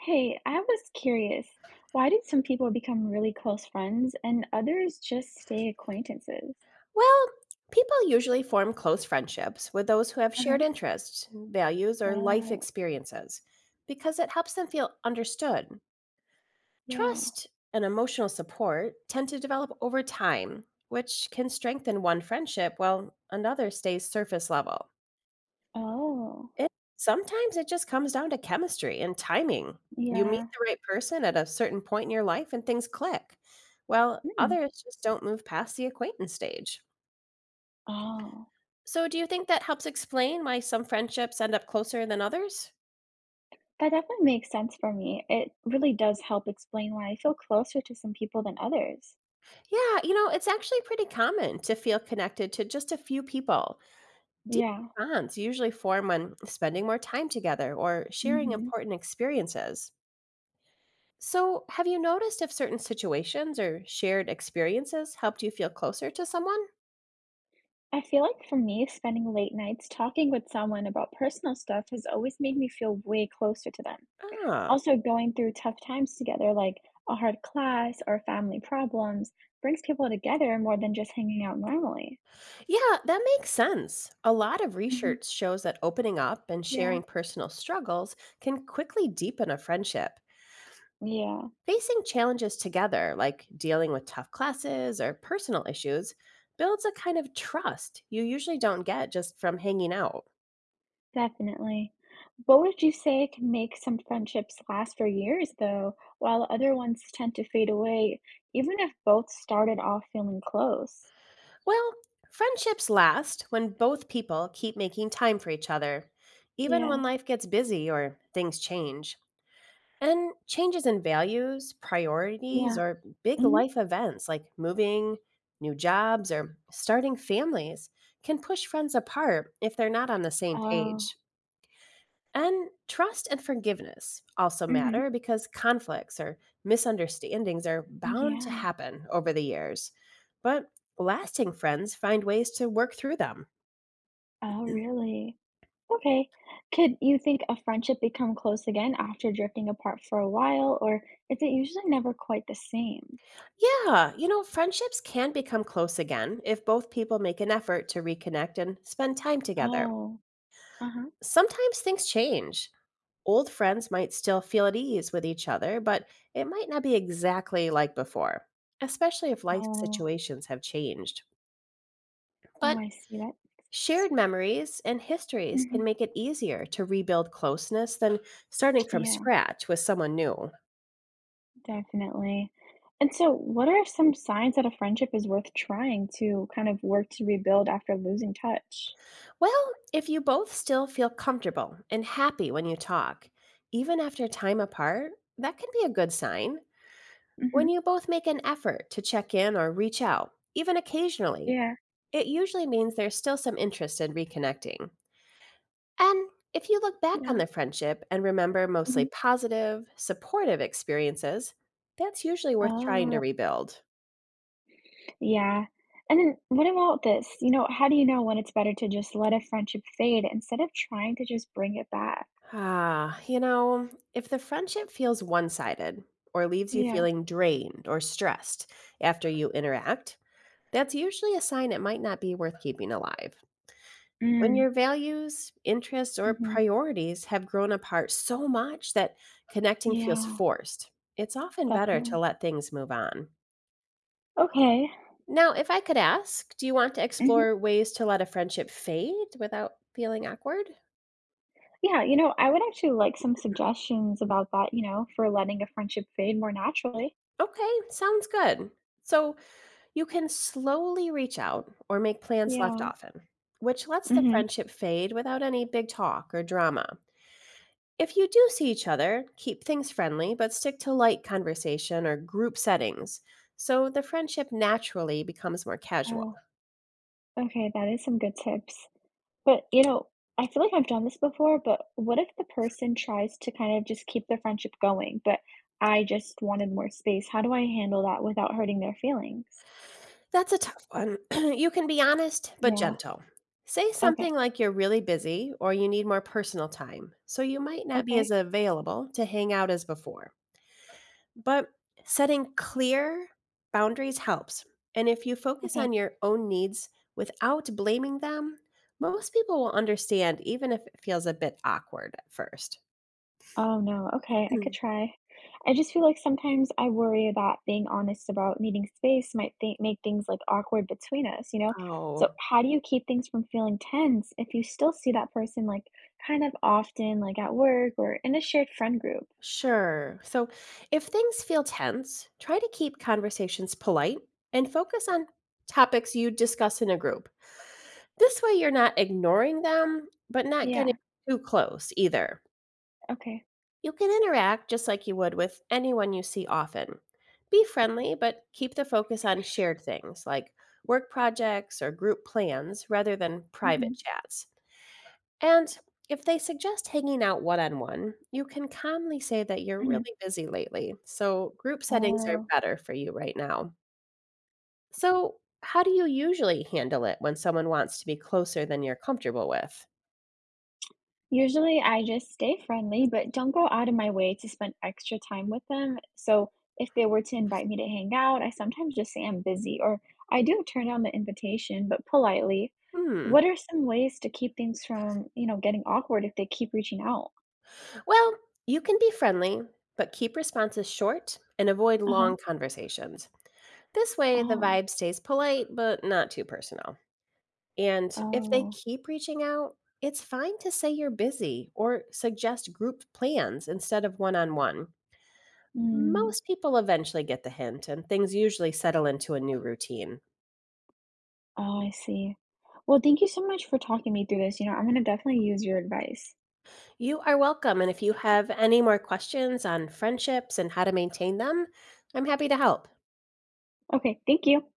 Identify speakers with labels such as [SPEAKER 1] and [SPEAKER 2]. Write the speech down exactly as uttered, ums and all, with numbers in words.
[SPEAKER 1] Hey, I was curious, why did some people become really close friends and others just stay acquaintances?
[SPEAKER 2] Well, people usually form close friendships with those who have shared
[SPEAKER 1] Uh-huh.
[SPEAKER 2] interests, values, or life
[SPEAKER 1] Well,
[SPEAKER 2] experiences because it helps them feel understood.
[SPEAKER 1] yeah.
[SPEAKER 2] Trust and emotional support tend to develop over time, which can strengthen one friendship while another stays surface level.
[SPEAKER 1] Oh,
[SPEAKER 2] It, Sometimes it just comes down to chemistry and timing. You
[SPEAKER 1] yeah.
[SPEAKER 2] meet the right person at a certain point in your life and things click, while
[SPEAKER 1] Hmm.
[SPEAKER 2] others just don't move past the acquaintance stage.
[SPEAKER 1] Oh,
[SPEAKER 2] So, do you think that helps explain why some friendships end up closer than others?
[SPEAKER 1] that definitely makes sense for me. It really does help explain why I feel closer to some people than others.
[SPEAKER 2] Yeah, you know, it's actually pretty common to feel connected to just a few people. Deep
[SPEAKER 1] Yeah.
[SPEAKER 2] bonds usually form when spending more time together or sharing Mm.
[SPEAKER 1] Mm-hmm.
[SPEAKER 2] important experiences. So, have you noticed if certain situations or shared experiences helped you feel closer to someone?
[SPEAKER 1] I feel like for me, spending late nights talking with someone about personal stuff has always made me feel way closer to them.
[SPEAKER 2] Ah,
[SPEAKER 1] Also, going through tough times together, like a hard class or family problems, brings people together more than just hanging out normally.
[SPEAKER 2] yeah, that makes sense. A lot of research
[SPEAKER 1] Hmm.
[SPEAKER 2] shows that opening up and
[SPEAKER 1] Yeah,
[SPEAKER 2] sharing personal struggles can quickly deepen a friendship.
[SPEAKER 1] yeah,
[SPEAKER 2] Facing challenges together, like dealing with tough classes or personal issues, builds a kind of trust you usually don't get just from hanging out.
[SPEAKER 1] definitely. What would you say can make some friendships last for years, though, while other ones tend to fade away, even if both started off feeling close?
[SPEAKER 2] Well, friendships last when both people keep making time for each other, even
[SPEAKER 1] Yeah,
[SPEAKER 2] when life gets busy or things change. And changes in values, priorities,
[SPEAKER 1] yeah.
[SPEAKER 2] or big
[SPEAKER 1] Hmm.
[SPEAKER 2] life events like moving, new jobs, or starting families can push friends apart if they're not on the same
[SPEAKER 1] Oh,
[SPEAKER 2] page. And trust and forgiveness also
[SPEAKER 1] hmm.
[SPEAKER 2] matter because conflicts or misunderstandings are bound to
[SPEAKER 1] Yeah.
[SPEAKER 2] happen over the years. But lasting friends find ways to work through them.
[SPEAKER 1] Oh, really? Okay. Could you think a friendship become close again after drifting apart for a while, or is it usually never quite the same?
[SPEAKER 2] Yeah, you know, friendships can become close again if both people make an effort to reconnect and spend time together.
[SPEAKER 1] Oh, uh-huh.
[SPEAKER 2] Sometimes things change. Old friends might still feel at ease with each other, but it might not be exactly like before, especially if life
[SPEAKER 1] Oh,
[SPEAKER 2] situations have changed.
[SPEAKER 1] oh,
[SPEAKER 2] But
[SPEAKER 1] I see that.
[SPEAKER 2] shared memories and histories
[SPEAKER 1] Mm-hmm.
[SPEAKER 2] can make it easier to rebuild closeness than starting from
[SPEAKER 1] Yeah,
[SPEAKER 2] scratch with someone new.
[SPEAKER 1] definitely. And so, what are some signs that a friendship is worth trying to kind of work to rebuild after losing touch?
[SPEAKER 2] Well, if you both still feel comfortable and happy when you talk, even after time apart, that can be a good sign.
[SPEAKER 1] Mm-hmm.
[SPEAKER 2] When you both make an effort to check in or reach out, even occasionally,
[SPEAKER 1] Yeah.
[SPEAKER 2] it usually means there's still some interest in reconnecting. And if you look back on
[SPEAKER 1] Yeah.
[SPEAKER 2] the friendship and remember
[SPEAKER 1] Mm-hmm.
[SPEAKER 2] mostly positive, supportive experiences, that's usually worth trying to
[SPEAKER 1] Oh.
[SPEAKER 2] rebuild.
[SPEAKER 1] Yeah. And then what about this? You know, how do you know when it's better to just let a friendship fade instead of trying to just bring it back?
[SPEAKER 2] Ah, you know, if the friendship feels one sided or leaves you
[SPEAKER 1] Yeah.
[SPEAKER 2] feeling drained or stressed after you interact, that's usually a sign it might not be worth keeping alive. When
[SPEAKER 1] Mm.
[SPEAKER 2] your values, interests, or
[SPEAKER 1] Mhm.
[SPEAKER 2] priorities have grown apart so much that connecting feels
[SPEAKER 1] Yeah,
[SPEAKER 2] forced, it's often better
[SPEAKER 1] definitely.
[SPEAKER 2] to let things move on.
[SPEAKER 1] Okay.
[SPEAKER 2] Now, if I could ask, do you want to
[SPEAKER 1] Mhm.
[SPEAKER 2] explore ways to let a friendship fade without feeling awkward?
[SPEAKER 1] Yeah, you know, I would actually like some suggestions about that, you know, for letting a friendship fade more naturally.
[SPEAKER 2] Okay, sounds good. So, you can slowly reach out or make plans left
[SPEAKER 1] Yeah.
[SPEAKER 2] often, which lets the
[SPEAKER 1] Mhm.
[SPEAKER 2] friendship fade without any big talk or drama. If you do see each other, keep things friendly but stick to light conversation or group settings so the friendship naturally becomes more casual.
[SPEAKER 1] Oh, okay, that is some good tips. But, you know, I feel like I've done this before, but what if the person tries to kind of just keep the friendship going, but I just wanted more space? How do I handle that without hurting their feelings?
[SPEAKER 2] That's a tough one. You can be honest but
[SPEAKER 1] Yeah.
[SPEAKER 2] gentle. Say
[SPEAKER 1] Okay.
[SPEAKER 2] something like you're really busy or you need more personal time, so you might not be
[SPEAKER 1] Okay.
[SPEAKER 2] as available to hang out as before. But setting clear boundaries helps. And if you focus
[SPEAKER 1] Okay.
[SPEAKER 2] on your own needs without blaming them, most people will understand, even if it feels a bit awkward at first.
[SPEAKER 1] Oh no. Okay. I could
[SPEAKER 2] Mm.
[SPEAKER 1] try. I just feel like sometimes I worry that being honest about needing space might th make things like awkward between us, you know? So
[SPEAKER 2] Oh,
[SPEAKER 1] how do you keep things from feeling tense if you still see that person like kind of often, like at work or in a shared friend group?
[SPEAKER 2] sure. So if things feel tense, try to keep conversations polite and focus on topics you discuss in a group. This way, you're not ignoring them, but not getting
[SPEAKER 1] Yeah.
[SPEAKER 2] too close either.
[SPEAKER 1] Okay.
[SPEAKER 2] You can interact just like you would with anyone you see often. Be friendly, but keep the focus on shared things like work projects or group plans rather than private
[SPEAKER 1] Mhm,
[SPEAKER 2] chats. And if they suggest hanging out one on one, you can calmly say that you're
[SPEAKER 1] mhm.
[SPEAKER 2] really busy lately, so group settings are
[SPEAKER 1] Oh,
[SPEAKER 2] better for you right now. So, how do you usually handle it when someone wants to be closer than you're comfortable with?
[SPEAKER 1] usually I just stay friendly, but don't go out of my way to spend extra time with them. So if they were to invite me to hang out, I sometimes just say I'm busy, or I do turn down the invitation, but politely. What
[SPEAKER 2] Hmm.
[SPEAKER 1] are some ways to keep things from, you know, getting awkward if they keep reaching out?
[SPEAKER 2] Well, you can be friendly, but keep responses short and avoid
[SPEAKER 1] Uh-huh.
[SPEAKER 2] long conversations. This way, the
[SPEAKER 1] Oh,
[SPEAKER 2] vibe stays polite, but not too personal. And if they
[SPEAKER 1] oh,
[SPEAKER 2] keep reaching out, it's fine to say you're busy or suggest group plans instead of one on one.
[SPEAKER 1] mm.
[SPEAKER 2] Most people eventually get the hint, and things usually settle into a new routine.
[SPEAKER 1] Oh, I see. Well, thank you so much for talking me through this. You know, I'm gonna definitely use your advice.
[SPEAKER 2] You are welcome, and if you have any more questions on friendships and how to maintain them, I'm happy to help.
[SPEAKER 1] Okay, thank you.